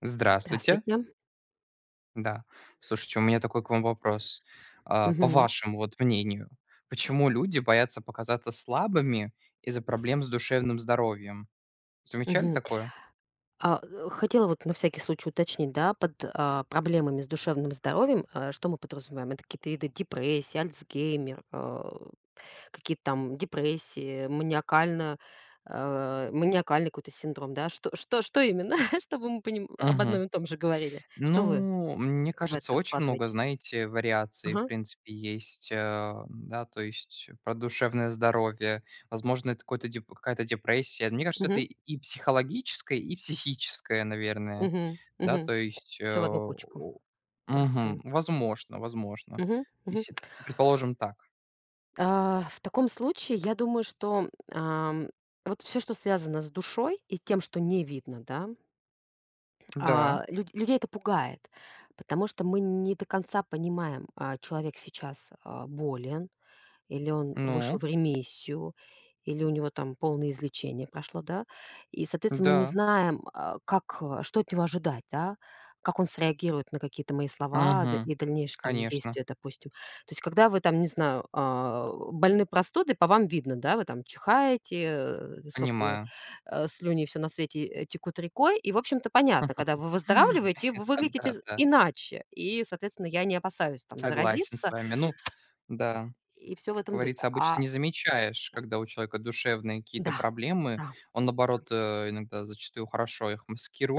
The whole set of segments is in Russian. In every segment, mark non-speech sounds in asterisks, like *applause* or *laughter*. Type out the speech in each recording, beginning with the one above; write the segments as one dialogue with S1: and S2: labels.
S1: Здравствуйте.
S2: Здравствуйте.
S1: Да. Слушайте, у меня такой к вам вопрос. По
S2: Мгм.
S1: вашему вот мнению, почему люди боятся показаться слабыми из-за проблем с душевным здоровьем? Замечали
S2: Мгм.
S1: такое?
S2: Хотела вот на всякий случай уточнить, да, под проблемами с душевным здоровьем, что мы подразумеваем? Это какие-то виды депрессии, Альцгеймер, какие-то там депрессии, маниакальный какой-то синдром, да? Что именно? *laughs* Чтобы мы поним об одном
S1: Мгм.
S2: и том же говорили. Что вы
S1: Ну, мне
S2: в
S1: кажется,
S2: это
S1: очень много,
S2: вкладываете?
S1: знаете, вариаций, в
S2: Ага.
S1: принципе, есть, да, то есть про душевное здоровье, возможно, это какой-то какая-то депрессия. Мне кажется, это
S2: Мгм.
S1: и психологическое, и психическое, наверное, да, то есть,
S2: В одну кучку
S1: мгм,
S2: бросаем.
S1: возможно,
S2: Мгм. Мгм.
S1: если предположим, так.
S2: В таком случае, я думаю, что, вот все, что связано с душой и тем, что не видно, да,
S1: Да,
S2: людей это пугает, потому что мы не до конца понимаем, человек сейчас, болен, или он вышел
S1: ну,
S2: в ремиссию, или у него там полное излечение прошло, да. И, соответственно, мы не
S1: да,
S2: знаем, как, что от него ожидать, да, как он среагирует на какие-то мои слова д
S1: мгм,
S2: и дальнейшие там
S1: конечно,
S2: действия, допустим. То есть, когда вы там, не знаю, больны простудой, по вам видно, да, вы там чихаете, сопли,
S1: понимаю.
S2: слюни, все на свете, текут рекой. И, в общем-то, понятно, когда
S1: *laughs*
S2: вы выздоравливаете, вы
S1: Это
S2: выглядите
S1: да,
S2: з
S1: да,
S2: иначе. И, соответственно, я не опасаюсь там
S1: согласен с
S2: заразиться
S1: вами. Ну, да.
S2: и все в
S1: Как
S2: этом духе.
S1: говорится, обычно
S2: А.
S1: не замечаешь, когда у человека душевные какие-то
S2: Да,
S1: проблемы.
S2: да,
S1: Он, наоборот, иногда зачастую хорошо их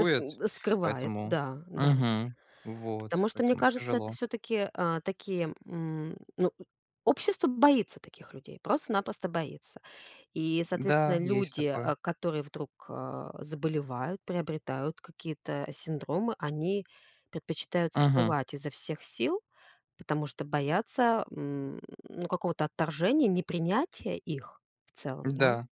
S2: скрывает,
S1: поэтому.
S2: да, да.
S1: Мгм. Вот,
S2: Потому что, мне
S1: поэтому
S2: кажется, это
S1: тяжело.
S2: все таки такие, ну, общество боится таких людей, просто-напросто боится. И, соответственно,
S1: Да, есть
S2: люди,
S1: такое.
S2: которые вдруг, заболевают, приобретают какие-то синдромы, они предпочитают
S1: Мгм.
S2: скрывать изо всех сил, потому что боятся, ну, какого-то отторжения, непринятия их в целом, да.
S1: Да.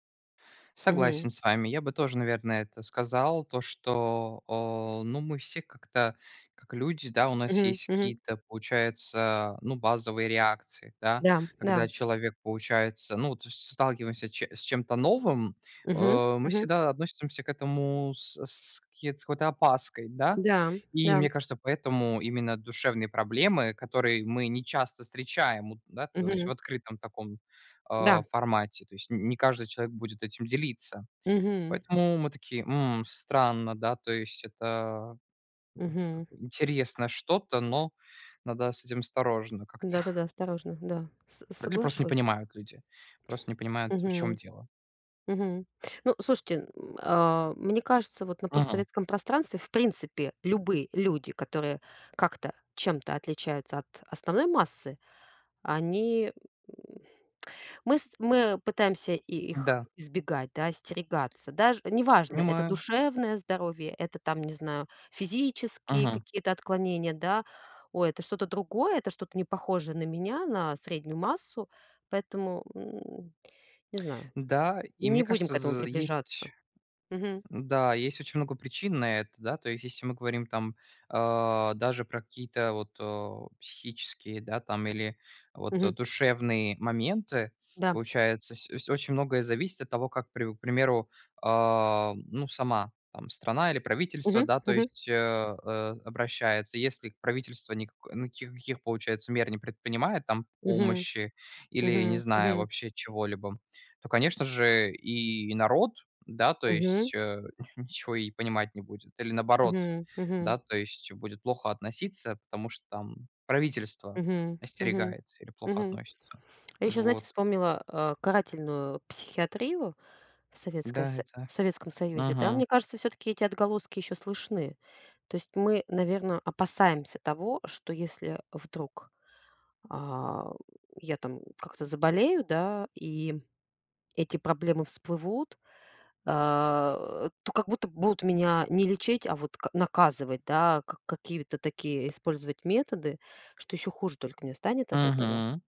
S2: Мгм,
S1: Согласен с вами. Я бы тоже, наверное, это сказал, то, что, ну, мы все как-то, как люди, да, у нас
S2: мгм,
S1: есть
S2: мгм.
S1: какие-то, получается, ну, базовые реакции, да,
S2: Да, да.
S1: когда человек, получается, ну, то есть сталкиваемся с чем-то новым,
S2: Мгм,
S1: мы
S2: мгм.
S1: всегда относимся к этому с с какой-то опаской, да,
S2: Да,
S1: и
S2: да,
S1: мне кажется, поэтому именно душевные проблемы, которые мы не часто встречаем, да, то есть в
S2: мгм,
S1: открытом таком
S2: да,
S1: формате. То есть н не каждый человек будет этим делиться.
S2: мгм,
S1: Поэтому мы такие: "М, странно, да". То есть это б как
S2: мгм.
S1: бы интересное что-то, но надо с этим осторожно как-то.
S2: Да-да-да,
S1: *laughs*
S2: осторожно, да, с
S1: Или просто не
S2: соглашусь.
S1: понимают люди, просто не понимают, в чем
S2: Мгм,
S1: дело.
S2: мгм. Ну, слушайте, мне кажется, вот на
S1: Мгм.
S2: постсоветском пространстве, в принципе, любые люди, которые как-то чем-то отличаются от основной массы, они, мы пытаемся и их
S1: Да,
S2: избегать, да, остерегаться. Даже неважно, это
S1: понимаю.
S2: душевное здоровье, это там, не знаю, физические
S1: Мгм.
S2: какие-то отклонения, да. Ой, это что-то другое, это что-то не похожее на меня, на среднюю массу. Поэтому, не знаю,
S1: Да, и
S2: не
S1: мне
S2: будем к
S1: кажется,
S2: этому
S1: з
S2: приближаться.
S1: есть
S2: Мгм.
S1: Да, есть очень много причин на это, да, то есть если мы говорим там даже про какие-то вот психические, да, там или вот
S2: Мгм.
S1: душевные моменты,
S2: Да.
S1: получается, очень многое зависит от того, как, к примеру, ну, сама там страна или правительство,
S2: Мгм.
S1: да, то
S2: Мгм.
S1: есть обращается, если правительство никаких, каких, получается, мер не предпринимает, там,
S2: Мгм.
S1: помощи или, не
S2: Мгм.
S1: знаю,
S2: Мгм.
S1: вообще чего-либо, то, конечно же, и народ, да, то
S2: Мгм.
S1: есть, *laughs* ничего и понимать не будет. Или наоборот,
S2: Мгм. Мгм.
S1: да, то есть будет плохо относиться, потому что там правительство
S2: Мгм. Мгм.
S1: остерегается или плохо
S2: Мгм.
S1: относится.
S2: А я еще, знаете,
S1: Вот.
S2: вспомнила, карательную психиатрию. Советская
S1: Да,
S2: Со
S1: это.
S2: в Советском Союзе, да?
S1: Ага.
S2: Мне кажется, все таки эти отголоски еще слышны. То есть мы, наверное, опасаемся того, что если вдруг, а, я там как-то заболею, да, и эти проблемы всплывут, то как будто будут меня не лечить, а вот к наказывать, да, как какие-то такие использовать методы, что еще хуже только мне станет от этого.
S1: Мгм.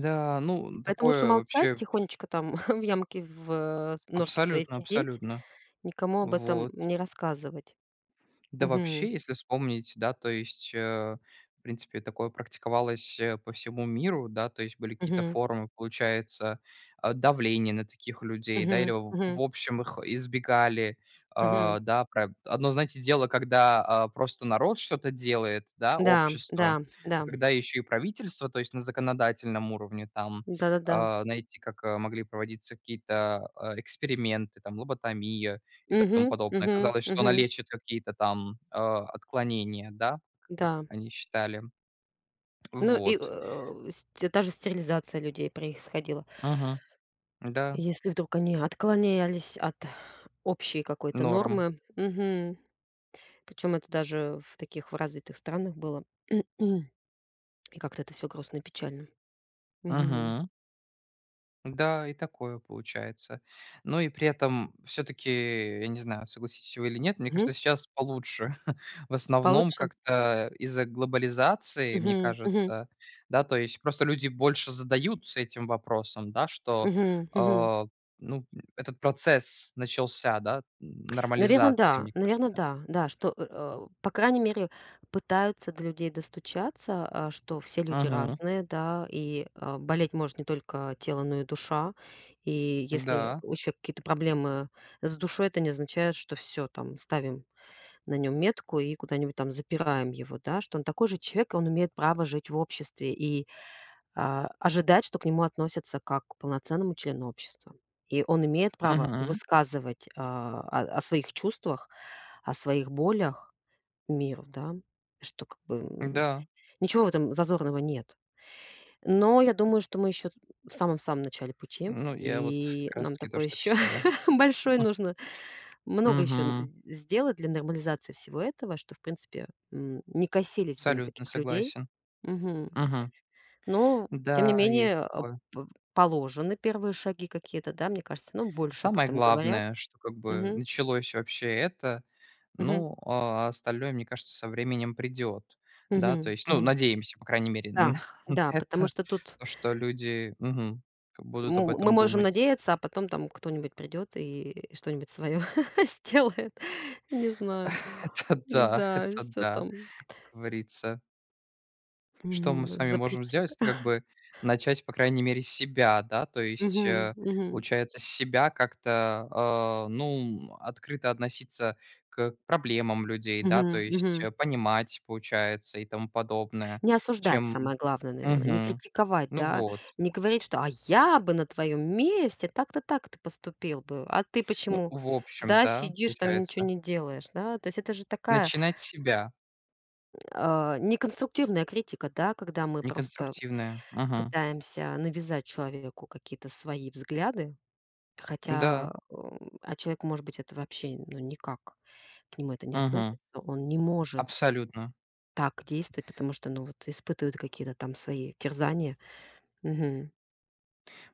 S1: Да
S2: И
S1: ну,
S2: поэтому лучше
S1: такое
S2: молчать,
S1: вообще
S2: тихонечко там *laughs* в норке своей
S1: абсолютно
S2: сидеть.
S1: абсолютно.
S2: Никому об этом
S1: Вот.
S2: не рассказывать.
S1: Да
S2: Мгм.
S1: вообще, если вспомнить, да, то есть, в принципе, такое практиковалось, по всему миру, да, то есть были какие-то
S2: Мгм.
S1: форумы, получается, давление на таких людей, да, или
S2: Мгм.
S1: в
S2: Мгм.
S1: в общем их избегали,
S2: Мгм.
S1: про. Одно, знаете, дело, когда, просто народ что-то делает, да,
S2: Да,
S1: общество,
S2: да, да.
S1: а когда еще и правительство, то есть на законодательном уровне там,
S2: Да-да-да.
S1: знаете, как, могли проводиться какие-то, эксперименты, там лоботомия, и
S2: Мгм.
S1: тому подобное.
S2: Мгм.
S1: Казалось, что она
S2: Мгм.
S1: лечит какие-то там, отклонения, да, как
S2: Да.
S1: они считали.
S2: Ну и,
S1: Вот.
S2: э, ст даже стерилизация людей происходила.
S1: Мгм. Да,
S2: Если вдруг они отклонялись от общей какой-то
S1: норм.
S2: нормы. Причем это даже в развитых странах было. *clears throat* И как-то это все грустно и печально. Мгм.
S1: Мгм. Да, и такое получается. Ну и при этом все таки я не знаю, согласитесь вы или нет, мне
S2: Мгм.
S1: кажется, сейчас получше. *laughs* В основном
S2: Получше?
S1: как-то из-за глобализации, мне
S2: Мгм. Мгм.
S1: кажется, да, то есть просто люди больше задаются этим вопросом, да, что,
S2: Мгм. Мгм.
S1: а, ну, этот процесс начался, да,
S2: Наверное,
S1: нормализации,
S2: да.
S1: мне
S2: Наверное,
S1: кажется.
S2: да. Да, что, по крайней мере, пытаются до людей достучаться, что все люди
S1: Мгм.
S2: разные, да, и, болеть может не только тело, но и душа. И если
S1: Да.
S2: у человека какие-то проблемы с душой, это не означает, что все там, ставим на нем метку и куда-нибудь там запираем его, да, что он такой же человек, и он имеет право жить в обществе. И ожидает, что к нему относятся как к полноценному члену общества. И он имеет право
S1: Мгм.
S2: высказывать, о своих чувствах, о своих болях миру, да, что как бы,
S1: Да.
S2: ничего в этом зазорного нет. Но я думаю, что мы еще в самом-самом начале пути,
S1: Ну, я вот
S2: и
S1: как раз
S2: нам
S1: таки
S2: такое
S1: тоже так
S2: еще
S1: считаю.
S2: *laughs* большое
S1: *laughs*
S2: нужно много еще
S1: Мгм.
S2: сделать для нормализации всего этого, что, в принципе, не косились бы на
S1: Абсолютно
S2: таких людей.
S1: согласен.
S2: Мгм.
S1: Мгм.
S2: Но, тем не
S1: Да, есть
S2: менее, а,
S1: такое.
S2: п положены первые шаги какие-то, да, мне кажется, ну, больше об
S1: Самое
S2: этом говорят.
S1: главное, что как бы
S2: Мгм,
S1: началось вообще это,
S2: мгм,
S1: ну, а остальное, мне кажется, со временем придет. Да, то
S2: мгм,
S1: есть, ну,
S2: мгм.
S1: надеемся, по крайней мере, *laughs* на
S2: Да, да, потому
S1: это,
S2: что тут
S1: то, что люди, мгм,
S2: м
S1: будут об
S2: мы
S1: этом
S2: можем
S1: думать.
S2: надеяться, а потом там кто-нибудь придет и что-нибудь свое *laughs* сделает. Не знаю.
S1: *laughs*
S2: Да,
S1: Это
S2: все
S1: да,
S2: там,
S1: как говорится. Что мы
S2: мгм,
S1: с вами можем
S2: запретит.
S1: сделать, это как
S2: *laughs*
S1: бы начать, по крайней мере, с себя, да, то есть,
S2: Мгм, мгм,
S1: получается, с себя как-то, ну, открыто относиться к проблемам людей, да, то
S2: мгм,
S1: есть,
S2: мгм.
S1: понимать, получается, и тому подобное,
S2: Не осуждать,
S1: чем
S2: самое главное, наверное, не
S1: Мгм.
S2: критиковать,
S1: Ну
S2: да,
S1: вот.
S2: не говорить, что: «А я бы на твоем месте так-то, так ты поступил бы, а ты
S1: Ну,
S2: почему,
S1: в общем,
S2: да,
S1: да,
S2: сидишь там, ничего
S1: получается.
S2: не делаешь?» Да, то есть это же такая,
S1: Начинать с себя,
S2: неконструктивная критика, да, когда мы просто
S1: неконструктивное. Мгм.
S2: пытаемся навязать человеку какие-то свои взгляды,
S1: Да.
S2: хотя, человек, может быть, это вообще, ну, никак к нему это не
S1: Мгм.
S2: относится, он не может
S1: Абсолютно.
S2: так действовать, потому что, ну, вот испытывает какие-то там свои терзания. Мгм.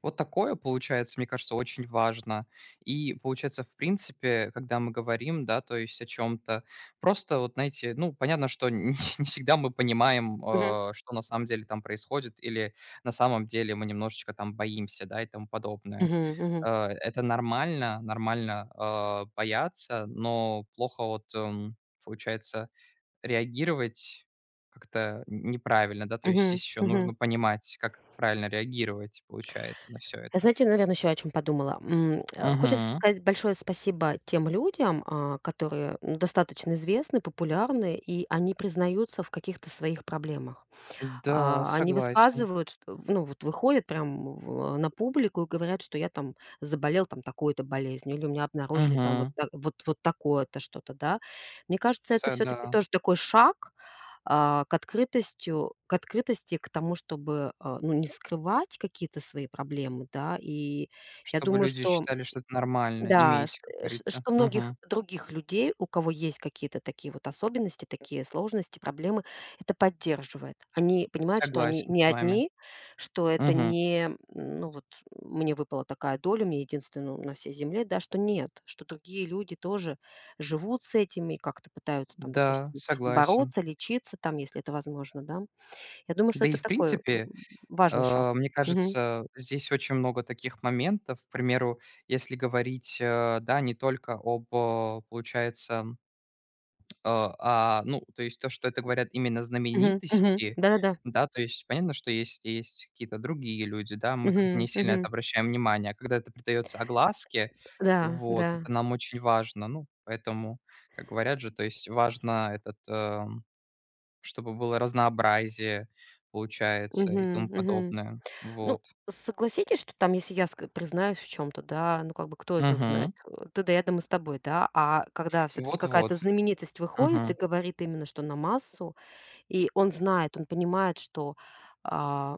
S1: Вот такое, получается, мне кажется, очень важно. И получается, в принципе, когда мы говорим, да, то есть о чем-то, просто вот, знаете, ну, понятно, что *laughs* не всегда мы понимаем,
S2: Мгм.
S1: что на самом деле там происходит, или на самом деле мы немножечко там боимся, да, и тому подобное.
S2: Мгм. Мгм.
S1: Э, Это нормально, нормально бояться, но плохо вот, получается, реагировать как-то н неправильно, да, то есть
S2: Мгм.
S1: здесь еще
S2: Мгм.
S1: нужно понимать, как правильно реагировать, получается, на все это.
S2: Знаете, наверное, еще о чем подумала. Хочется
S1: Мгм.
S2: сказать большое спасибо тем людям, которые, ну, достаточно известны, популярны, и они признаются в каких-то своих проблемах.
S1: Да,
S2: Они
S1: согласен.
S2: высказывают, что ну, вот выходят прям на публику и говорят, что я там заболел там такой-то болезнью или у меня обнаружили там вот
S1: Мгм.
S2: та вот вот такое-то что-то, да. Мне кажется, это все таки
S1: Да.
S2: тоже такой шаг к открытости, к тому, чтобы, ну, не скрывать какие-то свои проблемы, да. И я
S1: Чтобы
S2: думаю,
S1: люди
S2: что
S1: считали, что это нормально
S2: да, шт
S1: иметь, как
S2: ш
S1: говорится.
S2: что многих
S1: Мгм.
S2: других людей, у кого есть какие-то такие вот особенности, такие сложности, проблемы, это поддерживает. Они понимают, что они
S1: Согласен
S2: не
S1: с вами.
S2: одни, что это
S1: Мгм.
S2: не, ну, вот мне выпала такая доля, мне единственному на всей земле, да, что нет, что другие люди тоже живут с этими, как-то пытаются там,
S1: Да,
S2: допустим,
S1: согласен.
S2: бороться, лечиться там, если это возможно, да. Я думаю, что
S1: Да и
S2: это
S1: в
S2: такой,
S1: принципе,
S2: важный шаг.
S1: мне
S2: Мгм.
S1: кажется, здесь очень много таких моментов. К примеру, если говорить, да, не только об, получается. А, ну, то есть то, что это говорят именно
S2: Мгм. Мгм.
S1: знаменитости,
S2: Да-да-да.
S1: да, то есть понятно, что есть какие-то другие люди, да, мы как-то не
S2: Мгм.
S1: сильно это
S2: Мгм.
S1: обращаем внимание, а когда это придается огласке,
S2: Да,
S1: вот,
S2: да.
S1: это нам очень важно. Ну, поэтому, как говорят же, то есть важно этот, чтобы было разнообразие, получается, и
S2: Мгм,
S1: тому
S2: мгм.
S1: подобное.
S2: Ну,
S1: Вот.
S2: согласитесь, что там, если я ск признаюсь в чем то, да, ну, как бы кто это узнает?
S1: Мгм.
S2: Ты да я, думаю с тобой, да. А когда все таки какая-то
S1: Вот-вот.
S2: знаменитость выходит и
S1: Мгм.
S2: говорит именно, что на массу, и он знает, он понимает, что, а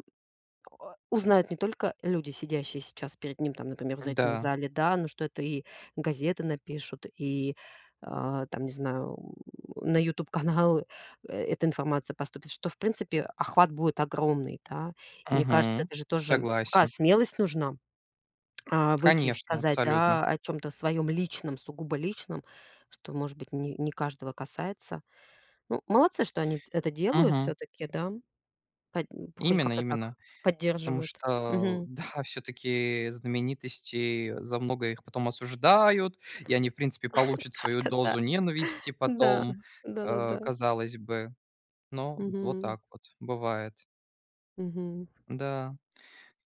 S2: узнают не только люди, сидящие сейчас перед ним, там, например, в зрительном
S1: Да.
S2: зале, да, но что это и газеты напишут, и, там, не знаю, на youtube каналы эта информация поступит, что, в принципе, охват будет огромный, да. И мне кажется,
S1: Мгм.
S2: это же тоже такая
S1: Согласен.
S2: смелость нужна, выйти и
S1: Конечно,
S2: сказать,
S1: абсолютно.
S2: да, о чем то своем личном, сугубо личном, что, может быть, не каждого касается. Ну, молодцы, что они это делают
S1: Мгм.
S2: все таки, да, под хоть
S1: Именно
S2: как-то так
S1: именно. Потому
S2: поддерживают.
S1: что, *laughs* да, все-таки знаменитости, за многое их потом осуждают, и они, в принципе, получат свою
S2: Да-да-да.
S1: дозу ненависти
S2: Да.
S1: потом,
S2: Да-да-да.
S1: казалось бы. Но вот
S2: Мгм.
S1: так вот бывает.
S2: Мгм.
S1: Да,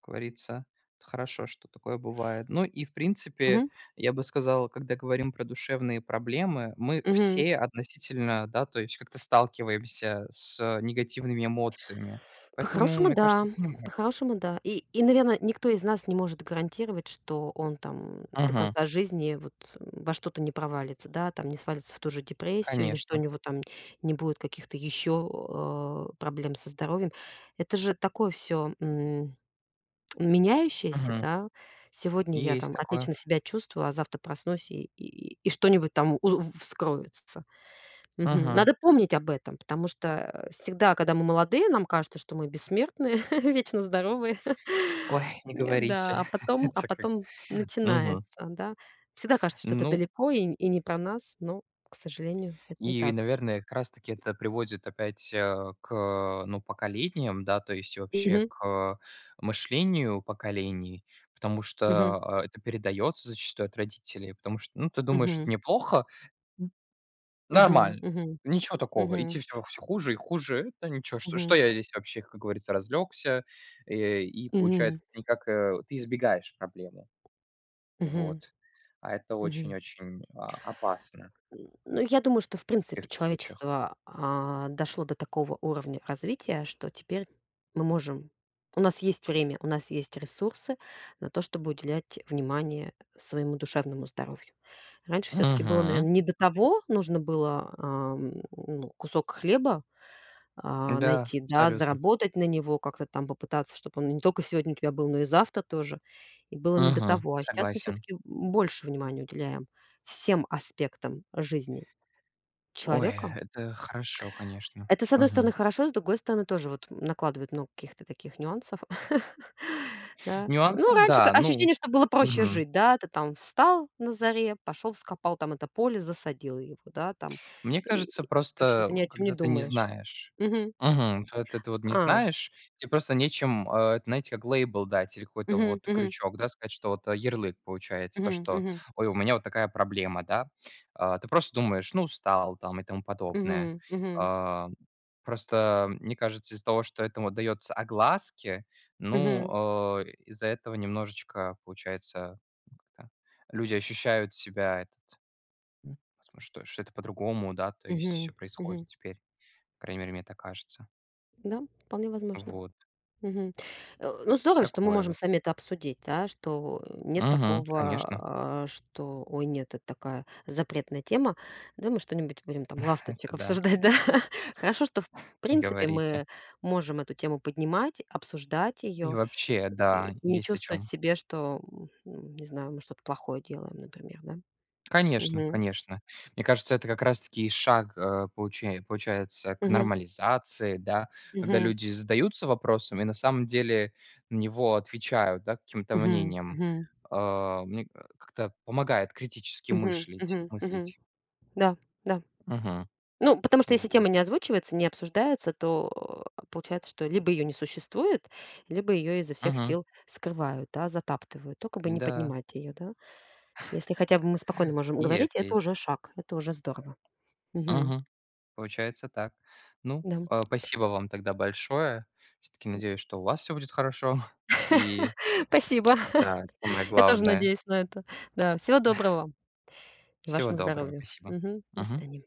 S1: как говорится, хорошо, что такое бывает. Ну и, в принципе,
S2: Мгм.
S1: я бы сказал, когда говорим про душевные проблемы, мы
S2: Мгм.
S1: все относительно, да, то есть как-то сталкиваемся с негативными эмоциями. Поэтому,
S2: По-хорошему,
S1: мне кажется,
S2: да.
S1: понимаю.
S2: По-хорошему, да. И, наверное, никто из нас не может гарантировать, что он там до
S1: Мгм.
S2: конца жизни вот во что-то не провалится, да, там не свалится в ту же депрессию или что у
S1: Конечно.
S2: него там не будет каких-то еще, проблем со здоровьем. Это же такое все меняющееся,
S1: Мгм.
S2: да. Сегодня я
S1: Есть
S2: там
S1: такое.
S2: отлично себя чувствую, а завтра проснусь и что-нибудь там у вскроется. Мгм.
S1: Мгм.
S2: Надо помнить об этом, потому что, всегда, когда мы молодые, нам кажется, что мы бессмертные, *laughs* вечно здоровые.
S1: Ой,
S2: *laughs*
S1: не говорите.
S2: Да, а
S1: *laughs*
S2: потом а
S1: Это как.
S2: потом
S1: Мгм.
S2: начинается, да. Всегда кажется, что это
S1: Ну,
S2: далеко и не про нас, но, к сожалению, это не
S1: и,
S2: так.
S1: наверное, как раз таки это приводит опять, к, ну, поколениям, да, то есть вообще
S2: Мгм,
S1: к мышлению поколений, потому
S2: мгм,
S1: что, это передается зачастую от родителей, потому что, ну, ты думаешь, это
S2: мгм,
S1: неплохо, н
S2: мгм,
S1: нормально,
S2: мгм,
S1: ничего такого, и
S2: мгм,
S1: те всё хуже и хуже. Это ничего, что
S2: мгм,
S1: я здесь вообще, как говорится, разлегся и
S2: мгм,
S1: получается никак, ты избегаешь проблемы.
S2: мгм,
S1: Вот. А это очень-очень, опасно
S2: ну, я думаю, что, в
S1: в
S2: принципе,
S1: каких-то случаях.
S2: человечество, дошло до такого уровня развития, что теперь мы можем у нас есть время, у нас есть ресурсы на то, чтобы уделять внимание своему душевному здоровью. Раньше все таки было,
S1: Мгм.
S2: наверное, не до того. Нужно было, ну, кусок хлеба,
S1: Да,
S2: найти, да,
S1: абсолютно.
S2: заработать на него, как-то там попытаться, чтобы он не только сегодня у тебя был, но и завтра тоже. И было не до
S1: Мгм.
S2: того. А сейчас мы все
S1: Согласен.
S2: таки больше внимания уделяем всем аспектам жизни.
S1: Ой,
S2: Человека?
S1: вот, это хорошо, конечно.
S2: Это, с одной стороны,
S1: Мгм.
S2: хорошо, с другой стороны, тоже вот накладывает много каких-то таких нюансов. *laughs* Да. Ну,
S1: Нюансов,
S2: раньше к
S1: да, ну,
S2: ощущение, что было проще
S1: мгм.
S2: жить, да. Ты там встал на заре, пошел, вскопал там это поле, засадил его, да, там.
S1: Мне
S2: И
S1: кажется,
S2: и, в
S1: просто,
S2: общем-то, ни о чем не
S1: когда ты не
S2: думаешь.
S1: знаешь.
S2: Мгм.
S1: Мгм. Когда ты вот не
S2: А.
S1: знаешь, тебе просто нечем, это, знаете, как лейбл дать или какой-то
S2: Мгм,
S1: вот
S2: мгм,
S1: крючок, да, сказать, что вот, ярлык получается, то,
S2: мгм,
S1: что:
S2: мгм,
S1: "Ой, у меня вот такая проблема", да. А, ты просто думаешь: "Ну, устал", там и тому подобное.
S2: мгм, мгм,
S1: А, просто, мне кажется, из-за того, что этому дается огласки,
S2: мгм,
S1: ну, из-за этого немножечко, получается, как-то люди ощущают себя это. М, возможно, что это по-другому, да, то есть все
S2: мгм, мгм.
S1: происходит теперь. По крайней мере, мне так кажется.
S2: Да, вполне возможно.
S1: Вот.
S2: Мгм. Ну, здорово, что мы
S1: Такое
S2: можем
S1: вот.
S2: сами это обсудить, да, что нет
S1: Мгм. Конечно.
S2: такого, что: «Ой, нет, это такая запретная тема, да, мы что-нибудь будем там
S1: *laughs* Это
S2: ласточек
S1: да,
S2: обсуждать», да. *laughs* Хорошо, что в
S1: не
S2: принципе
S1: говорите.
S2: мы можем эту тему поднимать, обсуждать
S1: И
S2: ее
S1: вообще,
S2: и
S1: да,
S2: не
S1: есть о
S2: чувствовать
S1: чем.
S2: в себе, что, не знаю, мы что-то плохое делаем, например, да.
S1: Конечно,
S2: Мгм.
S1: конечно. Мне кажется, это как раз таки шаг, получается, к
S2: Мгм.
S1: нормализации, да, когда
S2: Мгм.
S1: люди задаются вопросом и на самом деле на него отвечают, да, каким-то
S2: Мгм.
S1: мнением.
S2: Мгм.
S1: А, мне, как-то помогает критически
S2: Мгм.
S1: мыслить
S2: Мгм. Мгм.
S1: мыслить.
S2: Да, да.
S1: Мгм.
S2: Ну, потому что если тема
S1: Вот.
S2: не озвучивается, не обсуждается, то, получается, что либо ее не существует, либо ее изо всех сил скрывают, да, затаптывают, только бы
S1: И
S2: не
S1: да,
S2: поднимать ее, да. Если хотя бы мы спокойно можем
S1: и
S2: говорить,
S1: это
S2: это уже
S1: есть.
S2: шаг, это уже здорово. Мгм.
S1: Мгм. Получается так. Ну,
S2: Да.
S1: спасибо вам тогда большое. Все-таки надеюсь, что у вас все будет хорошо. *laughs* И
S2: *laughs* Спасибо.
S1: да, самое
S2: *laughs* Я тоже
S1: главное.
S2: надеюсь на это. Да, всего доброго вам и
S1: Всего
S2: вашему
S1: доброго.
S2: здоровью.
S1: Спасибо.
S2: Мгм. До
S1: Мгм.
S2: свидания.